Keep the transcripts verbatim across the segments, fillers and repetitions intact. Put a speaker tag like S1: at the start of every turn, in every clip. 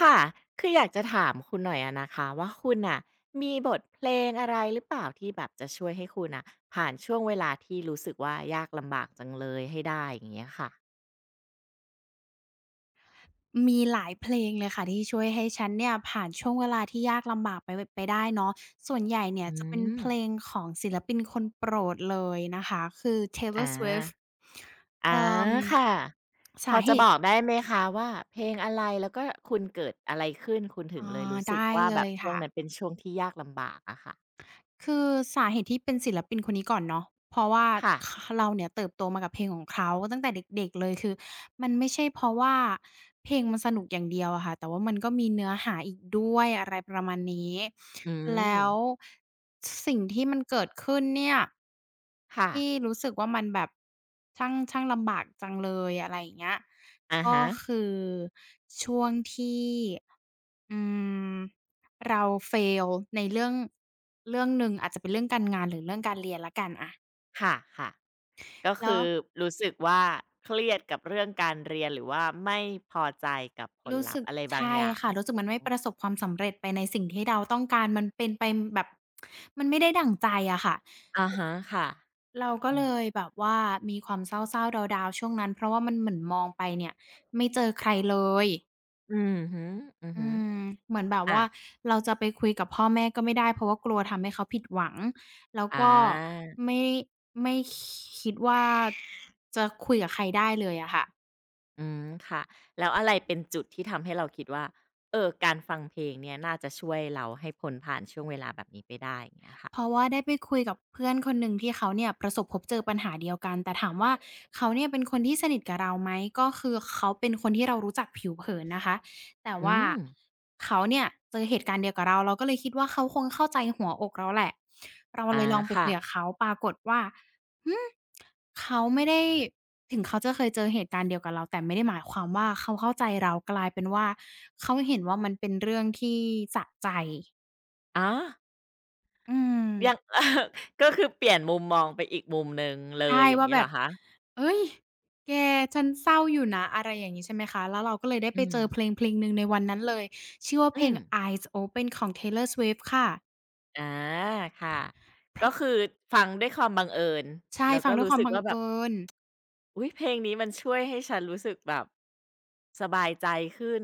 S1: ค่ะคืออยากจะถามคุณหน่อยอะนะคะว่าคุณน่ะมีบทเพลงอะไรหรือเปล่าที่แบบจะช่วยให้คุณน่ะผ่านช่วงเวลาที่รู้สึกว่ายากลำบากจังเลยให้ได้อย่างเงี้ยค่ะ
S2: มีหลายเพลงเลยค่ะที่ช่วยให้ฉันเนี่ยผ่านช่วงเวลาที่ยากลำบากไปวไปได้เนาะส่วนใหญ่เนี่ย
S1: อื
S2: จะเป็นเพลง
S1: ม
S2: ของศิลปินคนโปรดเลยนะคะคือ
S1: อา
S2: Taylor Swift
S1: อา
S2: เอ่อ
S1: ค่ะ พ
S2: สา
S1: อ
S2: เห
S1: จะบ
S2: ตุ
S1: อกได้ไหมคะว่าเพลงอะไรแล้วก็คุณเกิดอะไรขึ้นคุณถึ
S2: อ๋อ
S1: งเลยรู้สึก
S2: ได้
S1: ว่า
S2: เล
S1: แบบ
S2: ย
S1: ช่วง
S2: ค่ะ
S1: นั้นเป็นช่วงที่ยากลำบากอะค่ะ
S2: คือสาเหตุที่เป็นศิลปินคนนี้ก่อนเนาะเพราะว่า
S1: ค่ะ
S2: ขเราเนี่ยเติบโตมากับเพลงของเขาตั้งแต่เด็กๆเลยคือมันไม่ใช่เพราะว่าเพลงมันสนุกอย่างเดียวอะค่ะแต่ว่ามันก็มีเนื้อหาอีกด้วยอะไรประมาณนี้
S1: อืม
S2: แล้วสสิ่งที่มันเกิดขึ้นเนี่ย
S1: ค่ะ
S2: ที่รู้สึกว่ามันแบบช่างช่างลำบากจังเลยอะไรอย่างเงี้ย
S1: อะ
S2: ก็
S1: ฮะ
S2: คือช่วงที่อืม เรา fail ในเรื่องเรื่องหนึ่งอาจจะเป็นเรื่องการงานหรือเรื่องการเรียนแล้วกันอะ
S1: ค่ะๆ ก็
S2: แล้
S1: คื
S2: ว
S1: อรู้สึกว่าเครียดกับเรื่องการเรียนหรือว่าไม่พอใจกับผล
S2: รู้
S1: ลัพ
S2: สึก
S1: ธ์อะไรบาง
S2: ใช่
S1: อย่าง
S2: ค่ะรู้สึกมันไม่
S1: อื
S2: ป
S1: ม
S2: ระสบความสำเร็จไปในสิ่งที่เราต้องการมันเป็นไปแบบมันไม่ได้ดั่งใจอะค่ะ
S1: อะฮะค่ะ
S2: เราก็
S1: อื
S2: เล
S1: ม
S2: ยแบบว่ามีความเศร้าๆดาวๆช่วงนั้นเพราะว่ามันเหมือนมองไปเนี่ยไม่เจอใครเลย
S1: อือฮึอือ
S2: อื
S1: ฮึ
S2: มเหมือนแบบ
S1: อ่า
S2: ว่าเราจะไปคุยกับพ่อแม่ก็ไม่ได้เพราะว่ากลัวทำให้เขาผิดหวังแล้ว
S1: อ
S2: ก็
S1: า
S2: ไม่ไม่คิดว่าจะคุยกับใครได้เลยอะค่ะ
S1: อืมค่ะแล้วอะไรเป็นจุดที่ทำให้เราคิดว่าเออการฟังเพลงเนี่ยน่าจะช่วยเราให้พ้นผ่านช่วงเวลาแบบนี้ไปได้อย่างเงี้ย
S2: เพ
S1: ค่ะ
S2: ราะว่าได้ไปคุยกับเพื่อนคนหนึ่งที่เขาเนี่ยประสบพบเจอปัญหาเดียวกันแต่ถามว่าเขาเนี่ยเป็นคนที่สนิทกับเราไหมก็คือเขาเป็นคนที่เรารู้จักผิวเผินนะคะแต่
S1: อื
S2: ว่า
S1: ม
S2: เขาเนี่ยเจอเหตุการณ์เดียวกับเราเราก็เลยคิดว่าเขาคงเข้าใจหัวอกเราแหละเราเล
S1: อา
S2: ยลองไปคุ
S1: ค่ะ
S2: ยกับเขาปรากฏว่าหืมเขาไม่ได้ถึงเขาจะเคยเจอเหตุการณ์เดียวกับเราแต่ไม่ได้หมายความว่าเขาเข้าใจเรากลายเป็นว่าเขาเห็นว่ามันเป็นเรื่องที่สะใจ
S1: อ๋อ
S2: อื
S1: ยัง
S2: ม
S1: ก็คือเปลี่ยนมุมมองไปอีกมุมหนึ่งเลย
S2: ใช่
S1: อย่าง
S2: ว่า
S1: งี้
S2: แบ
S1: เหร
S2: บ
S1: อคะ
S2: เฮ้ย แก ฉันเศร้าอยู่นะ อะไรอย่างงี้ใช่ไหมคะ แล้วเราก็เลยได้ไป
S1: อืม
S2: เจอเพลงเพลงหนึ่งในวันนั้นเลย ชื่อว่าเพล
S1: อื
S2: ง
S1: ม
S2: Eyes Open ของ Taylor Swift ค่ะ
S1: อาค่ะก็คือฟังด้วยความบังเอิญ
S2: ใช่
S1: แล้ว
S2: ฟัง
S1: ก็
S2: ด้วย
S1: รู้
S2: ความ
S1: สึก
S2: บัง
S1: ว่าแบ
S2: เอิ
S1: บ
S2: ญ
S1: อุ๊ยเพลงนี้มันช่วยให้ฉันรู้สึกแบบสบายใจขึ้น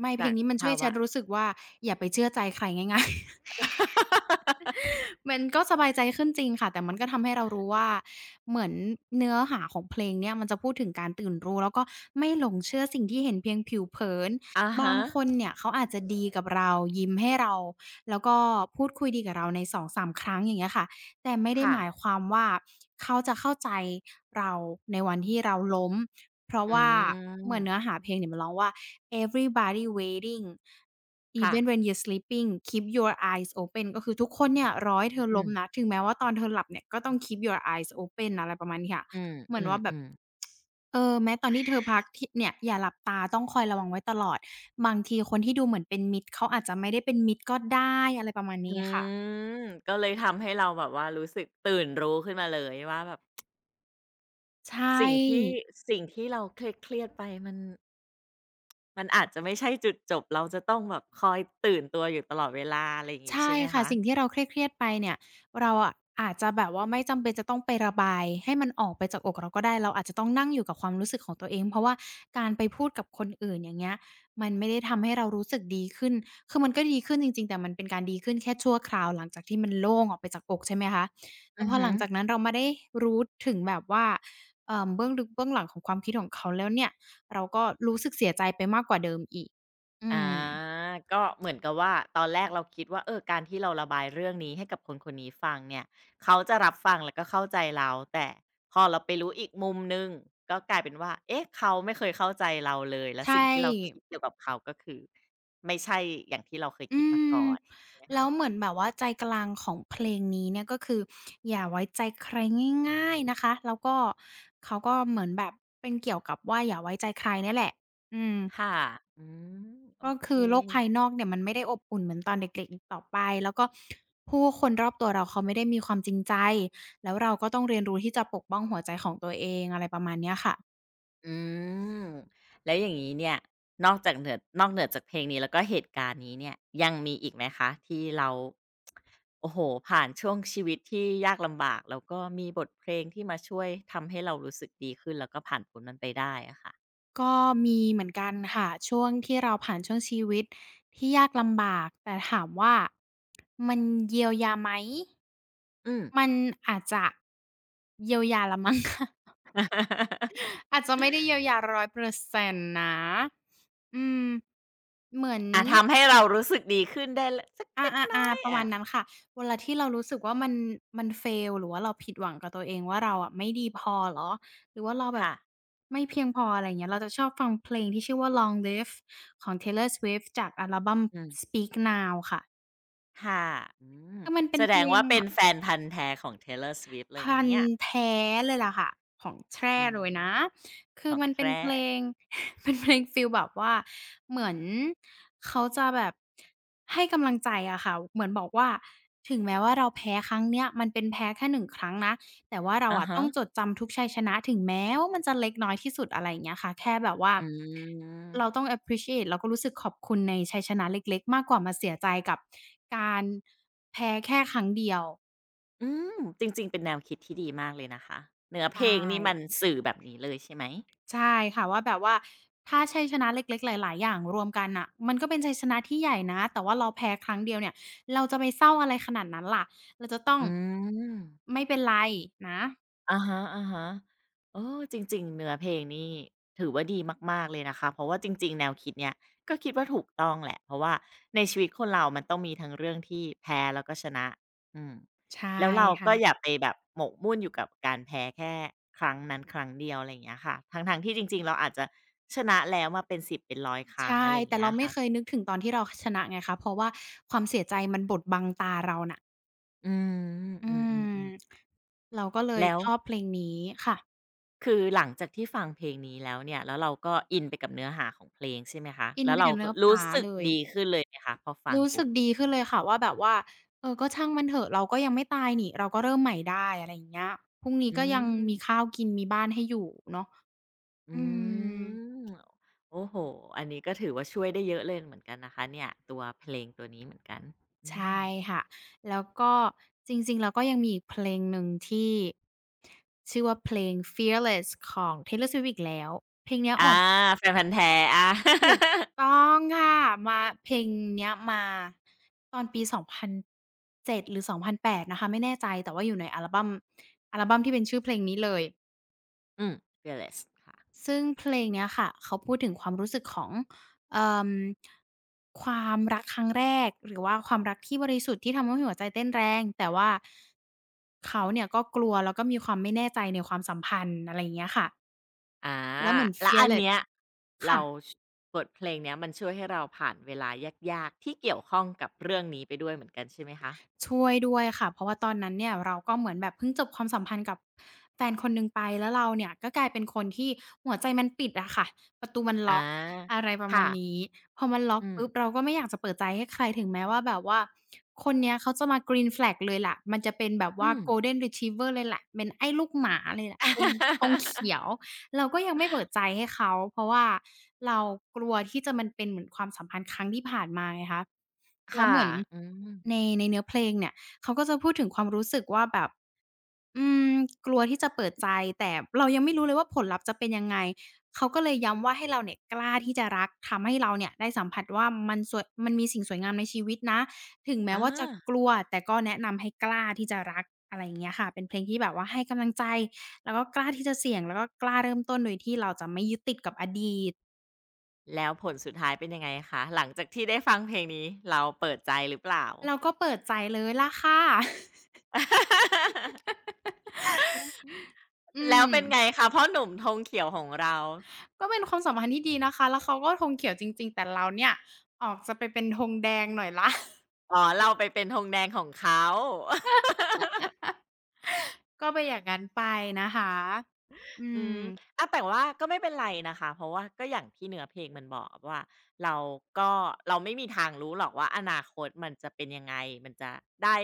S2: ไม่เพล
S1: จา
S2: ง
S1: ก
S2: นี้มันช่วย
S1: ภา
S2: ให้ฉั
S1: วะ
S2: นรู้สึกว่า อย่าไปเชื่อใจใครง่ายๆ มันก็สบายใจขึ้นจริงค่ะแต่มันก็ทำให้เรารู้ว่าเหมือนเนื้อหาของเพลงเนี่ยมันจะพูดถึงการตื่นรู้แล้วก็ไม่หลงเชื่อสิ่งที่เห็นเพียงผิวเผิน
S1: อะ
S2: บาง
S1: ฮะ
S2: คนเนี่ยเขาอาจจะดีกับเรายิ้มให้เราแล้วก็พูดคุยดีกับเราในสองถึงสามครั้งอย่างเงี้ยค่ะ แต่ไม่ได้
S1: ค่ะ
S2: หมายความว่าเขาจะเข้าใจเราในวันที่เราล้มเพราะ
S1: อื
S2: ว่าเหมือนเนื้อ
S1: ม
S2: หาเพลงเนี่ยมันร้องว่า everybody waiting
S1: ค่ะ
S2: even when you're sleeping keep your eyes open ก็คือทุกคนเนี่ยรอให้เธอ
S1: อื
S2: ล้ม
S1: ม
S2: นะถึงแม้ว่าตอนเธอหลับเนี่ยก็ต้อง keep your eyes open อะไรประมาณนี้ค่ะ
S1: อืม
S2: เหมื
S1: อื
S2: อน
S1: ม
S2: ว่าแบ
S1: อื
S2: บ
S1: ม
S2: เออแม้ตอนที่เธอพักที่เนี่ยอย่าหลับตาต้องคอยระวังไว้ตลอดบางทีคนที่ดูเหมือนเป็นมิตรเขาอาจจะไม่ได้เป็นมิตรก็ได้อะไรประมาณ
S1: อื
S2: นี้ค่ะ
S1: มก็เลยทำให้เราแบบว่ารู้สึกตื่นรู้ขึ้นมาเลยว่าแบบ
S2: ใช
S1: สิ่งที่
S2: ่
S1: สิ่งที่เราเครียดๆไปมัน มันอาจจะไม่ใช่จุดจบเราจะต้องแบบคอยตื่นตัวอยู่ตลอดเวลาอะไรอย่างงี้
S2: ใช่
S1: ใช่ไหม
S2: ค่ะ
S1: คะ
S2: สิ่งที่เราเครียดๆไปเนี่ยเราอะอาจจะแบบว่าไม่จำเป็นจะต้องไประบายให้มันออกไปจากอกเราก็ได้เราอาจจะต้องนั่งอยู่กับความรู้สึกของตัวเองเพราะว่าการไปพูดกับคนอื่นอย่างเงี้ยมันไม่ได้ทำให้เรารู้สึกดีขึ้นคือมันก็ดีขึ้นจริงๆแต่มันเป็นการดีขึ้นแค่ชั่วคราวหลังจากที่มันโล่งออกไปจากอกใช่ไหมคะแต่
S1: อื
S2: พ
S1: อ
S2: อห
S1: ฮึ
S2: ลังจากนั้นเรามาได้รู้ถึงแบบว่าเอ่อเบื้องลึกเบื้องหลังของความคิดของเขาแล้วเนี่ยเราก็รู้สึกเสียใจไปมากกว่าเดิมอีกอื
S1: อา
S2: ม
S1: ก็เหมือนกับว่าตอนแรกเราคิดว่าเออการที่เราระบายเรื่องนี้ให้กับคนๆนี้ฟังเนี่ยเขาจะรับฟังแล้วก็เข้าใจเราแต่พอเราไปรู้อีกมุมหนึ่งก็กลายเป็นว่าเอ๊ะเขาไม่เคยเข้าใจเราเลยและ
S2: ใช่
S1: สิ่งที่เราคิดเกี่ยวกับเขาก็คือไม่ใช่อย่างที่เราเคย
S2: อื
S1: คิดมา
S2: ม
S1: ก่อนใช่ไหม
S2: แล้
S1: คะ
S2: วเหมือนแบบว่าใจกลางของเพลงนี้เนี่ยก็คืออย่าไว้ใจใครง่ายๆนะคะแล้วก็เขาก็เหมือนแบบเป็นเกี่ยวกับว่าอย่าไว้ใจใครเนี่ยแหละอืม
S1: ค่ะอืมโอ
S2: ก็
S1: เค
S2: คือโลกภายนอกเนี่ยมันไม่ได้อบอุ่นเหมือนตอนเด็กๆอีกต่อไปแล้วก็ผู้คนรอบตัวเราเขาไม่ได้มีความจริงใจแล้วเราก็ต้องเรียนรู้ที่จะปกป้องหัวใจของตัวเองอะไรประมาณเนี้ยค่ะ
S1: อืมแล้วอย่างนี้เนี่ยนอกจากเหนือนอกเหนือจากเพลงนี้แล้วก็เหตุการณ์นี้เนี่ยยังมีอีกไหมคะที่เราโอ้โหผ่านช่วงชีวิตที่ยากลำบากแล้วก็มีบทเพลงที่มาช่วยทำให้เรารู้สึกดีขึ้นแล้วก็ผ่านพ้นมันไปได้อะค่ะ
S2: ก็มีเหมือนกันค่ะช่วงที่เราผ่านช่วงชีวิตที่ยากลำบากแต่ถามว่ามันเยียวยาไหม
S1: อืม
S2: มันอาจจะเยียวยาละมั้ง ค่ะ อาจจะไม่ได้เยียวยาหนึ่งร้อยเปอร์เซ็นนต์นะอืมเหมือน
S1: อาทำให้เรารู้สึกดีขึ้นได้ละสัก
S2: อ
S1: เล็ก
S2: า
S1: น้อย
S2: ๆๆประมา
S1: อะ
S2: ณนั้นค่ะเวลาที่เรารู้สึกว่ามันมัน fail หรือว่าเราผิดหวังกับตัวเองว่าเราอะไม่ดีพอเหรอหรือว่าเราแบบ
S1: ค่ะ
S2: ไม่เพียงพออะไรอย่างเงี้ยเราจะชอบฟังเพลงที่ชื่อว่า Long Live ของ Taylor Swift จากอัลบัม
S1: อืม
S2: Speak Now ค่ะ
S1: ค่ะอืม
S2: คือมันเป็
S1: แส
S2: นเพ
S1: ด
S2: ล
S1: ง
S2: ง
S1: ว่าเป็
S2: แบ
S1: น
S2: บ
S1: แฟนพันธุ์แท้ของ Taylor Swift เลย
S2: พั
S1: นะ
S2: น
S1: เนี่ย
S2: ธุ์แท้เลยล่ะค่ะของแท้
S1: อืม
S2: เลยนะคื
S1: ข
S2: อ
S1: อง
S2: มันเป็น
S1: แท้
S2: เพลง เป็นเพลงฟีลแบบว่าเหมือนเขาจะแบบให้กำลังใจอะค่ะเหมือนบอกว่าถึงแม้ว่าเราแพ้ครั้งเนี้ยมันเป็นแพ้แค่หนึ่งครั้งนะแต่ว่าเรา
S1: อะ
S2: อะต้
S1: ฮะ
S2: องจดจำทุกชัยชนะถึงแม้ว่ามันจะเล็กน้อยที่สุดอะไรอย่างเงี้ยค่ะแค่แบบว่า
S1: อื
S2: เราต้
S1: ม
S2: อง appreciate เราก็รู้สึกขอบคุณในชัยชนะเล็กๆมากกว่ามาเสียใจกับการแพ้แค่ครั้งเดียว
S1: อืมจริงๆ เป็นแนวคิดที่ดีมากเลยนะคะ เนื้อเพล
S2: ใช่
S1: งนี่มันสื่อแบบนี้เลยใช่ไหม
S2: ใช่ค่ะว่าแบบว่าถ้าชัยชนะเล็กๆหลายๆอย่างรวมกันน่ะมันก็เป็นชัยชนะที่ใหญ่นะแต่ว่าเราแพ้ครั้งเดียวเนี่ยเราจะไปเศร้าอะไรขนาดนั้นล่ะเราจะต้อง
S1: อืม
S2: ไม่เป็นไรนะ
S1: อะฮะๆเออจริงๆเนื้อเพลงนี่ถือว่าดีมากๆเลยนะคะ เพราะว่าจริงๆแนวคิดเนี้ยก็คิดว่าถูกต้องแหละ เพราะว่าในชีวิตคนเรามันต้องมีทั้งเรื่องที่แพ้แล้วก็ชนะอืม
S2: ใช่
S1: แล้วเราก็อ
S2: ค่ะ
S1: ย่าไปแบบหมกมุ่นอยู่กับการแพ้แค่ครั้งนั้นครั้งเดียวอะไรอย่างเงี้ยค่ะทั้งๆที่จริงๆเราอาจจะชนะแล้วมาเป็นสิบเป็นร้อยครั้ง
S2: ใช่
S1: อะไรอย่าง
S2: แต่
S1: เงี้
S2: เรา
S1: ย
S2: ไม่เคย
S1: ค่ะ
S2: นึกถึงตอนที่เราคชนะไงคะเพราะว่าความเสียใจมันบดบังตาเราน่ะ
S1: อืม
S2: อื
S1: อืมอืมอืม
S2: มเราก็เลย
S1: แล้ว
S2: ชอบเพลงนี้ค่ะ
S1: คือหลังจากที่ฟังเพลงนี้แล้วเนี่ยแล้วเราก็อินไปกับเนื้อหาของเพลงใช่ไหมคะ
S2: อิน
S1: แล้ว
S2: ไป
S1: เรา
S2: กับเนื้
S1: ก็
S2: อผ
S1: รู้
S2: ลา
S1: สึก
S2: เลย
S1: ดีขึ้นเลยไหมคะพอฟัง
S2: รู้สึ
S1: ปุ๊
S2: ก
S1: บ
S2: ดีขึ้นเลยค่ะว่าแบบว่าเออก็ช่างมันเถอะเราก็ยังไม่ตายนี่เราก็เริ่มใหม่ได้อะไรอย่างเงี้ยพรุ่งนี้
S1: อื
S2: ก็ยังมีข้า
S1: ม
S2: วกินมีบ้านให้อยู่เนาะอื
S1: อื
S2: ม
S1: มโอ้โฮอันนี้ก็ถือว่าช่วยได้เยอะเลยเหมือนกันนะคะเนี่ยตัวเพลงตัวนี้เหมือนกันอื
S2: ใช่
S1: ม
S2: ค่ะแล้วก็จริงๆแล้วก็ยังมีอีกเพลงหนึ่งที่ชื่อว่าเพลง "Fearless" ของ Taylor Swift อีกแล้วเพลงเนี้ย
S1: อา
S2: ออก
S1: แฟนพันธุ์แท้อา
S2: ถูกต้องค่ะมาเพลงเนี้ยมาตอนปีสองพันเจ็ดหรือสองพันแปดนแปดนะคะไม่แน่ใจแต่ว่าอยู่ในอัลบัมอัลบัมที่เป็นชื่อเพลงนี้เลย
S1: อืม Fearless ค่ะ
S2: ซึ่งเพลงเนี้ยค่ะเขาพูดถึงความรู้สึกของเอ่อความรักครั้งแรกหรือว่าความรักที่บริสุทธิ์ที่ทำให้หัวใจเต้นแรงแต่ว่าเขาเนี่ยก็กลัวแล้วก็มีความไม่แน่ใจในความสัมพันธ์อะไรอย่างเงี้ยค่ะ
S1: อา
S2: แล้วเหมือน
S1: แล้วอัน
S2: fearless
S1: เนี้ยเรา
S2: ค่ะ
S1: ชบทเพลงเนี้ยมันช่วยให้เราผ่านเวลายากๆที่เกี่ยวข้องกับเรื่องนี้ไปด้วยเหมือนกันใช่ไหมคะ
S2: ช่วยด้วยค่ะเพราะว่าตอนนั้นเนี่ยเราก็เหมือนแบบเพิ่งจบความสัมพันธ์กับแฟนคนหนึ่งไปแล้วเราเนี่ยก็กลายเป็นคนที่หัวใจมันปิดอะค่ะประตูมัน
S1: อา
S2: ล็อกอะไรประมา
S1: ค่ะ
S2: ณนี้พอมันล็อก
S1: อืม
S2: ปุ๊บเราก็ไม่อยากจะเปิดใจให้ใครถึงแม้ว่าแบบว่าคนเนี้ยเขาจะมา green flag เลยแหละมันจะเป็นแบบว่า
S1: อืม
S2: golden retriever เลยแหละเป็นไอ้ลูกหมาเลยแหละธงธงเขี ยวเราก็ยังไม่เปิดใจให้เขาเพราะว่าเรากลัวที่จะมันเป็นเหมือนความสัมพันธ์ครั้งที่ผ่านมาไงคะ แล้ว
S1: ค่ะ
S2: เหมือน
S1: อืม
S2: ในในเนื้อเพลงเนี่ยเขาก็จะพูดถึงความรู้สึกว่าแบบอืมกลัวที่จะเปิดใจแต่เรายังไม่รู้เลยว่าผลลัพธ์จะเป็นยังไงเขาก็เลยย้ำว่าให้เราเนี่ยกล้าที่จะรักทำให้เราเนี่ยได้สัมผัสว่ามันสวยมันมีสิ่งสวยงามในชีวิตนะถึงแม้
S1: อา
S2: ว่าจะกลัวแต่ก็แนะนำให้กล้าที่จะรักอะไรอย่างเงี้ยค่ะเป็นเพลงที่แบบว่าให้กำลังใจแล้วก็กล้าที่จะเสี่ยงแล้วก็กล้าเริ่มต้นโดยที่เราจะไม่ยึดติดกับอดีต
S1: แล้วผลสุดท้ายเป็นยังไงคะหลังจากที่ได้ฟังเพลงนี้เราเปิดใจหรือเปล่า
S2: เราก็เปิดใจเลยล่ะค่ะ อื
S1: แล้วเป็นไง
S2: ม
S1: คะพ่อหนุ่มธงเขียวของเรา
S2: ก็เป็นความสัมพันธ์ที่ดีนะคะแล้วเขาก็ธงเขียวจริงๆ แต่เราเนี่ยออกจะไปเป็นธงแดงหน่อยล่ะ
S1: อ๋อเราไปเป็นธงแดงของเขา
S2: ก็ไปนอย่างนั้นไปนะคะอื
S1: อื
S2: ม
S1: มอะแต่ว่าก็ไม่เป็นไรนะคะเพราะว่าก็อย่างที่เนื้อเพลงมันบอกว่าเราก็เราไม่มีทางรู้หรอกว่าอนาคตมันจะเป็นยังไงมันจะได้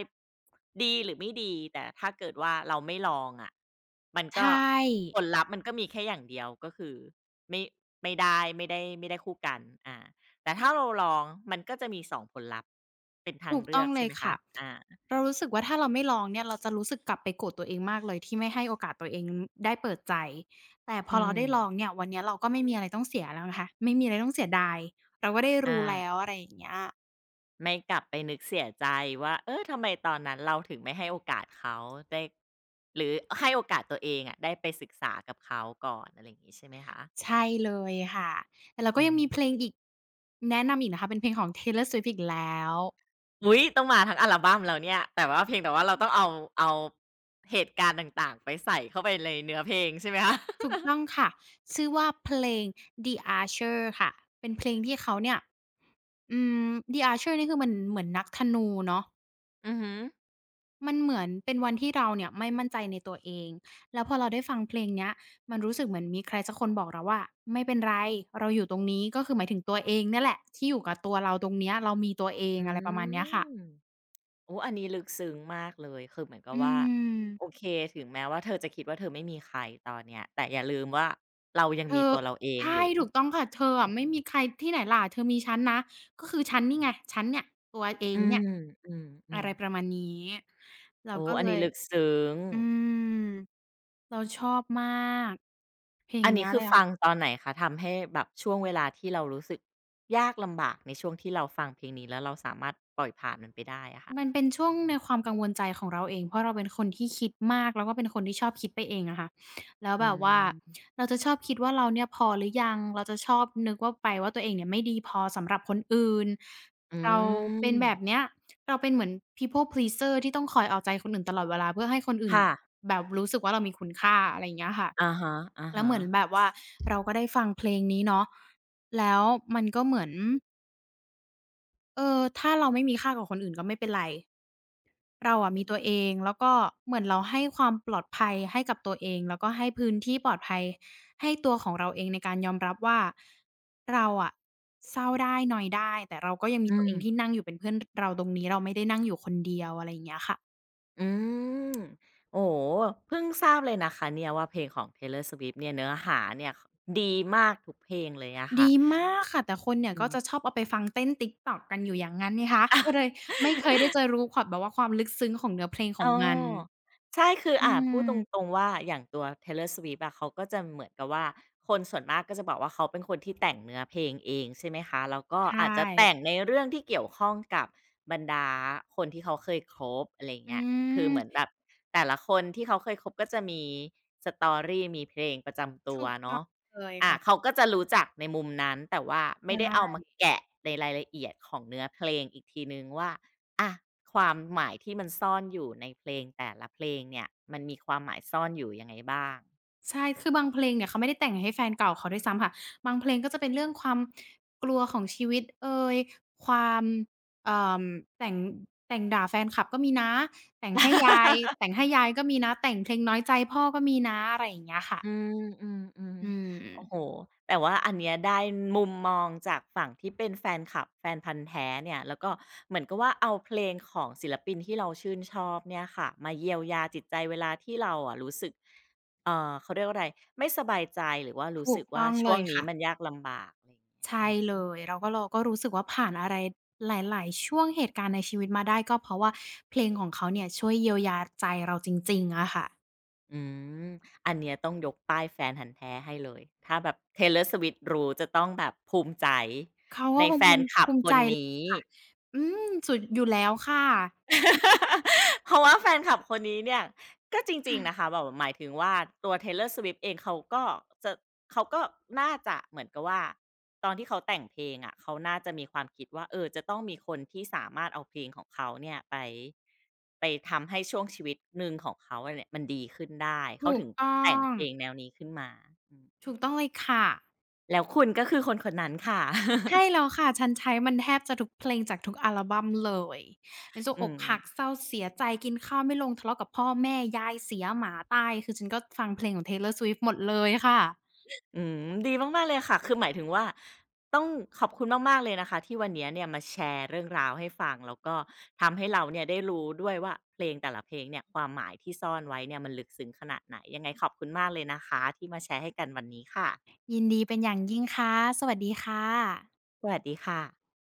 S1: ดีหรือไม่ดีแต่ถ้าเกิดว่าเราไม่ลองอะะมันก็
S2: ใช่
S1: ผลลัพธ์มันก็มีแค่อย่างเดียวก็คือไม่ไม่ได้ไม่ได้ไม่ได้คู่กันอาแต่ถ้าเราลองมันก็จะมีสองผลลัพธ์เป็นทา
S2: ถู
S1: ง
S2: ก
S1: เลื
S2: ต้อ
S1: อ
S2: ง
S1: ก
S2: เล
S1: ใช่
S2: ย
S1: ไหมคะ
S2: ค่ะ
S1: อา
S2: เรารู้สึกว่าถ้าเราไม่ลองเนี่ยเราจะรู้สึกกลับไปโกรธตัวเองมากเลยที่ไม่ให้โอกาสตัวเองได้เปิดใจแต่พ
S1: อื
S2: อเรา
S1: ม
S2: ได้ลองเนี่ยวันเนี้ยเราก็ไม่มีอะไรต้องเสียแล้วนะคะ ไม่มีอะไรต้องเสียดาย เราก็ได้
S1: อา
S2: รู้แล้วอะไรอย่างเงี้ย
S1: ไม่กลับไปนึกเสียใจว่าเออทำไมตอนนั้นเราถึงไม่ให้โอกาสเขาได้หรือให้โอกาสตัวเองอะได้ไปศึกษากับเขาก่อนอะไรอย่างงี้ใช่ไหมคะ
S2: ใช่เลยค่ะแต่เราก็
S1: อื
S2: ยัง
S1: ม
S2: มีเพลงอีกแนะนำอีกนะคะเป็นเพลงของ Taylor Swift อีกแล้ว
S1: อุ๊ยต้องมาทั้งอัลบัมแล้วเนี่ยแต่ว่าเพียงแต่ว่าเราต้องเอาเอาเหตุการณ์ต่างๆไปใส่เข้าไปในเนื้อเพลงใช่ไหมคะ
S2: ถูก ต้องค่ะชื่อว่าเพลง The Archer ค่ะเป็นเพลงที่เขาเนี่ยอืม The Archer นี่คือมันเหมือนนักธนูเนาะ
S1: อือฮึ
S2: มันเหมือนเป็นวันที่เราเนี่ยไม่มั่นใจในตัวเองแล้วพอเราได้ฟังเพลงเนี้ยมันรู้สึกเหมือนมีใครสักคนบอกเราว่าไม่เป็นไรเราอยู่ตรงนี้ก็คือหมายถึงตัวเองเนี่ยแหละที่อยู่กับตัวเราตรงเนี้ยเรามีตัวเอ
S1: อ
S2: ง
S1: อื
S2: อะไรประมาณเนี้ยค่ะ
S1: มโอ้อันนี้ลึกซึ้งมากเลยคือเหมือนกับ
S2: อื
S1: ว่าโอ
S2: ม
S1: เคถึงแม้ว่าเธอจะคิดว่าเธอไม่มีใครตอนเนี้ยแต่อย่าลืมว่าเรายัง
S2: เธ
S1: มี
S2: อ
S1: ตัวเราเอง
S2: ใช่
S1: อยู่
S2: ถูกต้องค่ะเธออะไม่มีใครที่ไหนล่ะเธอมีฉันนะก็คือฉันนี่ไงฉันเนี่ยตัวเอง
S1: อื
S2: เนี่
S1: ม
S2: ย
S1: อืมอ
S2: อะ
S1: ม
S2: ไรประมาณนี้เรา
S1: โอ้
S2: ก็
S1: อั
S2: เล
S1: นนี้
S2: ย
S1: ลึกซึ้ง
S2: อืมเราชอบมากเพลง
S1: อัน
S2: เนี้
S1: นี้
S2: ย
S1: คื
S2: เล
S1: อ
S2: ยอะ
S1: ฟัง
S2: ค่ะ
S1: ตอนไหนคะทำให้แบบช่วงเวลาที่เรารู้สึกยากลำบากในช่วงที่เราฟังเพลงนี้แล้วเราสามารถปล่อยผ่านมันไปได้อะค่ะ
S2: มันเป็นช่วงในความกังวลใจของเราเองเพราะเราเป็นคนที่คิดมากแล้วก็เป็นคนที่ชอบคิดไปเองอะค่ะแล้ว
S1: อื
S2: แบบว่า
S1: ม
S2: เราจะชอบคิดว่าเราเนี่ยพอหรือยังเราจะชอบนึกว่าไปว่าตัวเองเนี่ยไม่ดีพอสำหรับคนอื่น
S1: อื
S2: เราเป็นแบบเนี้
S1: ม
S2: ยเราเป็นเหมือน people pleaser ที่ต้องคอยเอาใจคนอื่นตลอดเวลาเพื่อให้คนอื่น
S1: ค่ะ
S2: แบบรู้สึกว่าเรามีคุณค่าอะไรอย่างเงี้ยค่ะ
S1: อะฮะ
S2: แล้วเหมือนแบ
S1: ๆ
S2: บว่าเราก็ได้ฟังเพลงนี้เนาะแล้วเออถ้าเราไม่มีค่ากับคนอื่นก็ไม่เป็นไร เราอะ
S1: อื
S2: มีตัว
S1: ม
S2: เองแล้วก็เหมือนเราให้ความปลอดภัยให้กับตัวเองแล้วก็ให้พื้นที่ปลอดภัยให้ตัวของเราเองในการยอมรับว่าเราอะเศร้าได้นอยได้แต่เราก็ยังมี
S1: อื
S2: ตัวเองที่
S1: ม
S2: นั่งอยู่เป็นเพื่อนเราตรงนี้เราไม่ได้นั่งอยู่คนเดียวอะไรอย่างเงี้ยค่ะ
S1: อืมโอ้โฮเพิ่งทราบเลยนะคะเนี่ยว่าเพลงของ Taylor Swift เนี่ยเนื้อหาเนี่ยดีมากทุกเพลงเลยอะค่ะ
S2: ดีมากค่ะแต่คนเนี่ย
S1: อื
S2: ก็จะชอ
S1: ม
S2: บเอาไปฟังเต้น TikTok กันอยู่อย่างงั้นไงคะก็เลยไม่เคยได้จะรู้ขอบแบบว่าความลึกซึ้งของเนื้อเพลงขอ
S1: อ๋อ
S2: งมัน
S1: ใช่คือ
S2: อื
S1: อ่าพูดตร
S2: ม
S1: งๆว่าอย่างตัว Taylor Swift อะเขาก็จะเหมือนกับว่าคนส่วนมากก็จะบอกว่าเขาเป็นคนที่แต่งเนื้อเพลงเองใช่ไหมคะแล้วก็
S2: ใช่
S1: อาจจะแต่งในเรื่องที่เกี่ยวข้องกับบรรดาคนที่เขาเคยคบอะไรอย่าง
S2: อื
S1: เงี้ยคือ
S2: ม
S1: เหมือนแบบแต่ละคนที่เขาเคยคบก็จะมี สตอรี่ มีเพลงประจำตัว
S2: ถูก
S1: เนาะ
S2: เลย
S1: อาเขา
S2: ค่ะ
S1: ก็จะรู้จักในมุมนั้นแต่ว่าไม่ได้เอา
S2: ใช่
S1: มาแกะในรายละเอียดของเนื้อเพลงอีกทีหนึ่งว่า อะความหมายที่มันซ่อนอยู่ในเพลงแต่ละเพลงเนี่ยมันมีความหมายซ่อนอยู่ยังไงบ้าง
S2: ใช่คือบางเพลงเนี่ยเขาไม่ได้แต่งให้แฟนเก่าเขาด้วยซ้ำค่ะบางเพลงก็จะเป็นเรื่องความกลัวของชีวิตเอยความเอ่อแต่งแต่งด่าแฟนคลับก็มีนะแต่งให้ยาย แต่งให้ยายก็มีนะแต่งเพลงน้อยใจพ่อก็มีนะอะไรอย่างเงี้ยค่ะ
S1: อืม
S2: อื
S1: ๆ
S2: ม
S1: ๆโอ้โฮแต่ว่าอันเนี้ยได้มุมมองจากฝั่งที่เป็นแฟนคลับแฟนพันธุ์แท้เนี่ยแล้วก็เหมือนกับว่าเอาเพลงของศิลปินที่เราชื่นชอบเนี่ยค่ะมาเยียวยาจิตใจเวลาที่เราอะรู้สึกเอ่อเขาเรียกว่าอะไรไม่สบายใจหรือว่ารู้
S2: ถูก
S1: สึก
S2: ต้
S1: ว่า
S2: องเล
S1: ช่วง
S2: ย
S1: นี้
S2: ค่ะ
S1: มันยากลำบากอะไรอย่างเงี้ย
S2: ใช่
S1: อือฮึ
S2: เลยเราก็เราก็รู้สึกว่าผ่านอะไรหลายๆช่วงเหตุการณ์ในชีวิตมาได้ก็เพราะว่าเพลงของเขาเนี่ยช่วยเยียวยาใจเราจริงๆอะค่ะ
S1: อืม อันเนี้ยต้องยกป้ายแฟนพันธุ์แท้ให้เลย ถ้าแบบ เทเลอร์ สวิฟต์ รู้จะต้องแบบภูมิใจ
S2: เขาก็
S1: ใน
S2: คง
S1: แฟ
S2: ภู
S1: น
S2: มิ
S1: คลับ
S2: ภูมิ
S1: ค
S2: ใจ
S1: น
S2: เลย
S1: นี้
S2: ค่ะ อืมสุดอยู่แล้วค่ะ
S1: เพราะว่าแฟนคลับคนนี้เนี่ยก็จริงๆนะคะแบบหมายถึงว่าตัว Taylor Swift เองเขาก็จะเขาก็น่าจะเหมือนกับว่าตอนที่เขาแต่งเพลงอะะเขาน่าจะมีความคิดว่าเออจะต้องมีคนที่สามารถเอาเพลงของเขาเนี่ยไปไปทำให้ช่วงชีวิตหนึ่งของเขาเนี่ยมันดีขึ้นได้เขา
S2: ถูก
S1: ถึง
S2: ต้อ
S1: แต่ง
S2: ง
S1: เพลงแนวนี้ขึ้นมาอืม
S2: ถูกต้องเลยค่ะ
S1: แล้วคุณก็คือคนคนนั้นค่ะ
S2: ใช่แล้วค่ะ ฉันใช้มันแทบจะทุกเพลงจากทุกอัลบัมเลยเป็นช่วง
S1: อื
S2: อกหัก
S1: ม
S2: เศร้าเสียใจกินข้าวไม่ลงทะเลาะกับพ่อแม่ยายเสียหมาตายคือฉันก็ฟังเพลงของ Taylor Swift หมดเลยค่ะ
S1: อืมดีมากๆเลยค่ะ คือหมายถึงว่าต้องขอบคุณมากๆเลยนะคะที่วันเนี้ยเนี่ยมาแชร์เรื่องราวให้ฟังแล้วก็ทำให้เราเนี่ยได้รู้ด้วยว่าเพลงแต่ละเพลงเนี่ยความหมายที่ซ่อนไว้เนี่ยมันลึกซึ้งขนาดไหนยังไงขอบคุณมากเลยนะคะที่มาแชร์ให้กันวันนี้ค่ะ
S2: ยินดีเป็นอย่างยิ่งค่ะ สวัสดีค่ะ
S1: สวัสดีค่ะ